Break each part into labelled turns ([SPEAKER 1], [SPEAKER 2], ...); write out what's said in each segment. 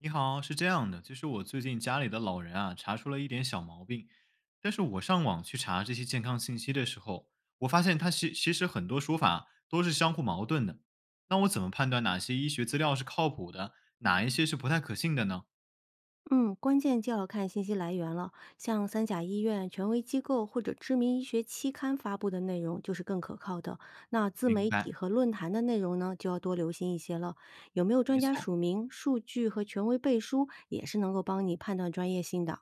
[SPEAKER 1] 你好，是这样的，就是我最近家里的老人啊，查出了一点小毛病，但是我上网去查这些健康信息的时候，我发现它其实很多说法都是相互矛盾的。那我怎么判断哪些医学资料是靠谱的，哪一些是不太可信的呢？
[SPEAKER 2] 嗯，关键就要看信息来源了。像三甲医院、权威机构或者知名医学期刊发布的内容就是更可靠的。那自
[SPEAKER 1] 明
[SPEAKER 2] 媒
[SPEAKER 1] 白，
[SPEAKER 2] 体和论坛的内容呢，就要多留心一些了。有没有
[SPEAKER 1] 没
[SPEAKER 2] 专家
[SPEAKER 1] 错。
[SPEAKER 2] 署名、数据和权威背书，也是能够帮你判断专业性的。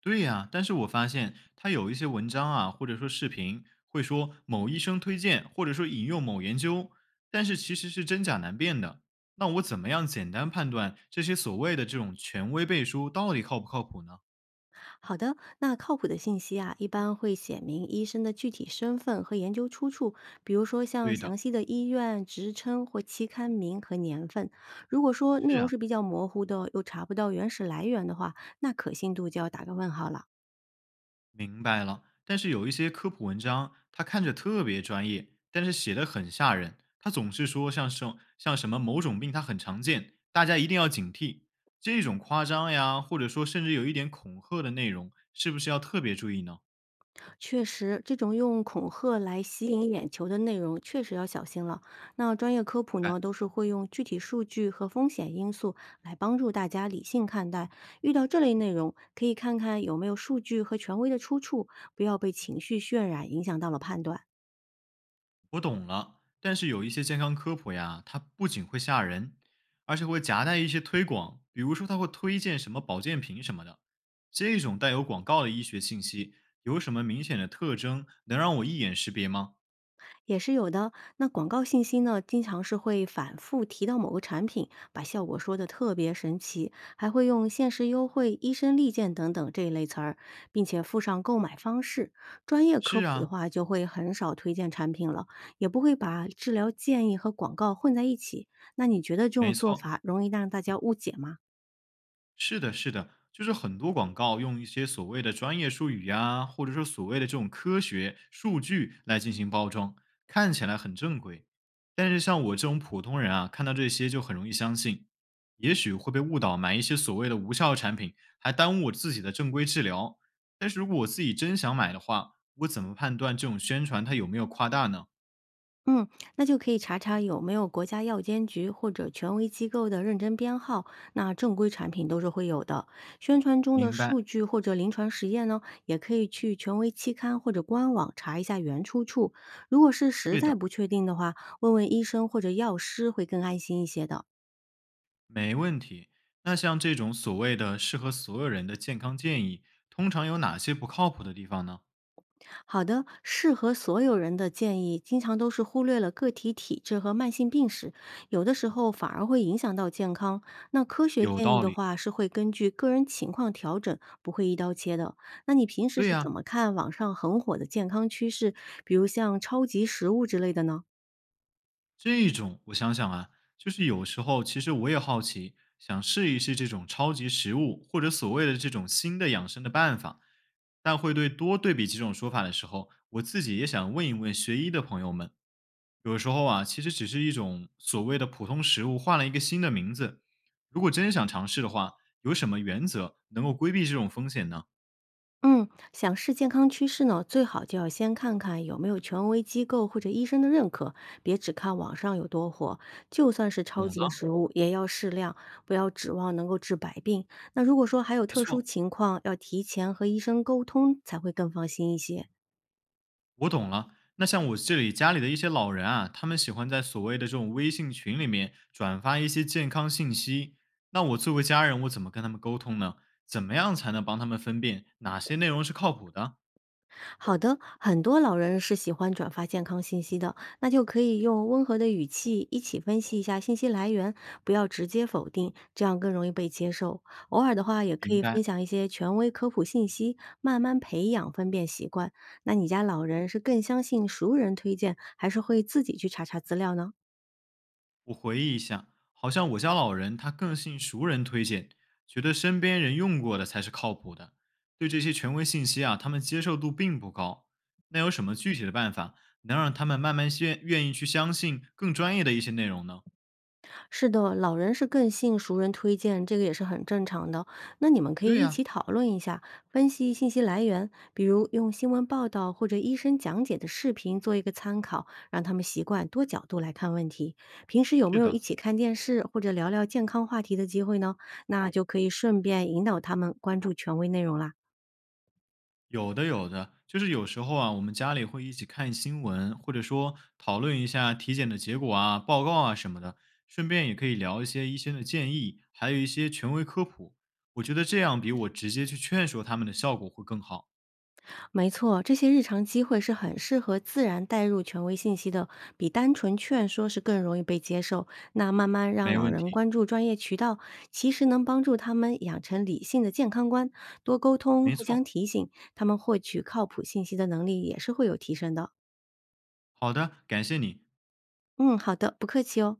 [SPEAKER 1] 对呀，但是我发现他有一些文章啊，或者说视频，会说某医生推荐，或者说引用某研究，但是其实是真假难辨的。那我怎么样简单判断这些所谓的这种权威背书到底靠不靠谱呢？
[SPEAKER 2] 好的，那靠谱的信息啊，一般会写明医生的具体身份和研究出处，比如说像
[SPEAKER 1] 对的，
[SPEAKER 2] 详细的医院、职称或期刊名和年份。如果说内
[SPEAKER 1] 是
[SPEAKER 2] 容
[SPEAKER 1] 啊，
[SPEAKER 2] 是比较模糊的，又查不到原始来源的话，那可信度就要打个问号了。
[SPEAKER 1] 明白了，但是有一些科普文章，它看着特别专业，但是写的很吓人。它总是说像什么某种病它很常见，大家一定要警惕。这种夸张呀，或者说甚至有一点恐吓的内容，是不是要特别注意呢？
[SPEAKER 2] 确实，这种用恐吓来吸引眼球的内容确实要小心了。那专业科普呢，都是会用具体数据和风险因素来帮助大家理性看待。遇到这类内容，可以看看有没有数据和权威的出处，不要被情绪渲染影响到了判断。
[SPEAKER 1] 我懂了，但是有一些健康科普呀，它不仅会吓人，而且会夹带一些推广，比如说它会推荐什么保健品什么的。这种带有广告的医学信息，有什么明显的特征能让我一眼识别吗？
[SPEAKER 2] 也是有的。那广告信息呢，经常是会反复提到某个产品，把效果说的特别神奇，还会用限时优惠、医生利剑等等这一类词儿，并且附上购买方式。专业科
[SPEAKER 1] 是
[SPEAKER 2] 普的
[SPEAKER 1] 啊，
[SPEAKER 2] 话，就会很少推荐产品了，也不会把治疗建议和广告混在一起。那你觉得这种
[SPEAKER 1] 没
[SPEAKER 2] 做
[SPEAKER 1] 错，
[SPEAKER 2] 法容易让大家误解吗？
[SPEAKER 1] 是的，是的，就是很多广告用一些所谓的专业术语呀，或者说所谓的这种科学数据来进行包装，看起来很正规。但是像我这种普通人啊，看到这些就很容易相信，也许会被误导买一些所谓的无效产品，还耽误我自己的正规治疗。但是如果我自己真想买的话，我怎么判断这种宣传它有没有夸大呢？
[SPEAKER 2] 嗯，那就可以查查有没有国家药监局或者权威机构的认证编号，那正规产品都是会有的。宣传中的
[SPEAKER 1] 明白。
[SPEAKER 2] 数据或者临床实验呢，也可以去权威期刊或者官网查一下原出处。如果是实在不确定的话，问问医生或者药师会更安心一些的。
[SPEAKER 1] 没问题。那像这种所谓的适合所有人的健康建议，通常有哪些不靠谱的地方呢？
[SPEAKER 2] 好的，适合所有人的建议，经常都是忽略了个体体质和慢性病史，有的时候反而会影响到健康。那科学
[SPEAKER 1] 有
[SPEAKER 2] 建议
[SPEAKER 1] 道
[SPEAKER 2] 的
[SPEAKER 1] 理。
[SPEAKER 2] 话，是会根据个人情况调整，不会一刀切的。那你平时
[SPEAKER 1] 对
[SPEAKER 2] 是
[SPEAKER 1] 呀、
[SPEAKER 2] 怎么看网上很火的健康趋势，比如像超级食物之类的呢？
[SPEAKER 1] 这种我想想啊，就是有时候其实我也好奇，想试一试这种超级食物或者所谓的这种新的养生的办法，但会对多对比几种说法的时候，我自己也想问一问学医的朋友们，有时候啊，其实只是一种所谓的普通食物换了一个新的名字，如果真想尝试的话，有什么原则能够规避这种风险呢？
[SPEAKER 2] 嗯，想试健康趋势呢，最好就要先看看有没有权威机构或者医生的认可，别只看网上有多火。就算是
[SPEAKER 1] 懂
[SPEAKER 2] 超级
[SPEAKER 1] 了，
[SPEAKER 2] 食物，也要适量，不要指望能够治百病。那如果说还有
[SPEAKER 1] 没
[SPEAKER 2] 特殊
[SPEAKER 1] 错，
[SPEAKER 2] 情况，要提前和医生沟通，才会更放心一些。
[SPEAKER 1] 我懂了。那像我这里家里的一些老人啊，他们喜欢在所谓的这种微信群里面转发一些健康信息。那我作为家人，我怎么跟他们沟通呢？怎么样才能帮他们分辨哪些内容是靠谱的？
[SPEAKER 2] 好的，很多老人是喜欢转发健康信息的，那就可以用温和的语气一起分析一下信息来源，不要直接否定，这样更容易被接受。偶尔的话，也可
[SPEAKER 1] 明
[SPEAKER 2] 以分
[SPEAKER 1] 白。
[SPEAKER 2] 享一些权威科普信息，慢慢培养分辨习惯。那你家老人是更相信熟人推荐，还是会自己去查查资料呢？
[SPEAKER 1] 我回忆一下，好像我家老人他更信熟人推荐，觉得身边人用过的才是靠谱的。对这些权威信息啊，他们接受度并不高。那有什么具体的办法能让他们慢慢愿意去相信更专业的一些内容呢？
[SPEAKER 2] 是的，老人是更信熟人推荐，这个也是很正常的。那你们可以
[SPEAKER 1] 对
[SPEAKER 2] 一
[SPEAKER 1] 呀、
[SPEAKER 2] 起讨论一下，分析信息来源，比如用新闻报道或者医生讲解的视频做一个参考，让他们习惯多角度来看问题。平时有没
[SPEAKER 1] 是
[SPEAKER 2] 有一
[SPEAKER 1] 的，
[SPEAKER 2] 起看电视或者聊聊健康话题的机会呢？那就可以顺便引导他们关注权威内容啦。
[SPEAKER 1] 有的有的，就是有时候啊，我们家里会一起看新闻，或者说讨论一下体检的结果啊、报告啊什么的，顺便也可以聊一些医生的建议，还有一些权威科普。我觉得这样比我直接去劝说他们的效果会更好。
[SPEAKER 2] 没错，这些日常机会是很适合自然带入权威信息的，比单纯劝说是更容易被接受。那慢慢让
[SPEAKER 1] 没
[SPEAKER 2] 老
[SPEAKER 1] 问
[SPEAKER 2] 人
[SPEAKER 1] 题，
[SPEAKER 2] 关注专业渠道，其实能帮助他们养成理性的健康观，多沟通，
[SPEAKER 1] 没
[SPEAKER 2] 互相
[SPEAKER 1] 错。
[SPEAKER 2] 提醒，他们获取靠谱信息的能力也是会有提升的。
[SPEAKER 1] 好的，感谢你。
[SPEAKER 2] 嗯，好的，不客气哦。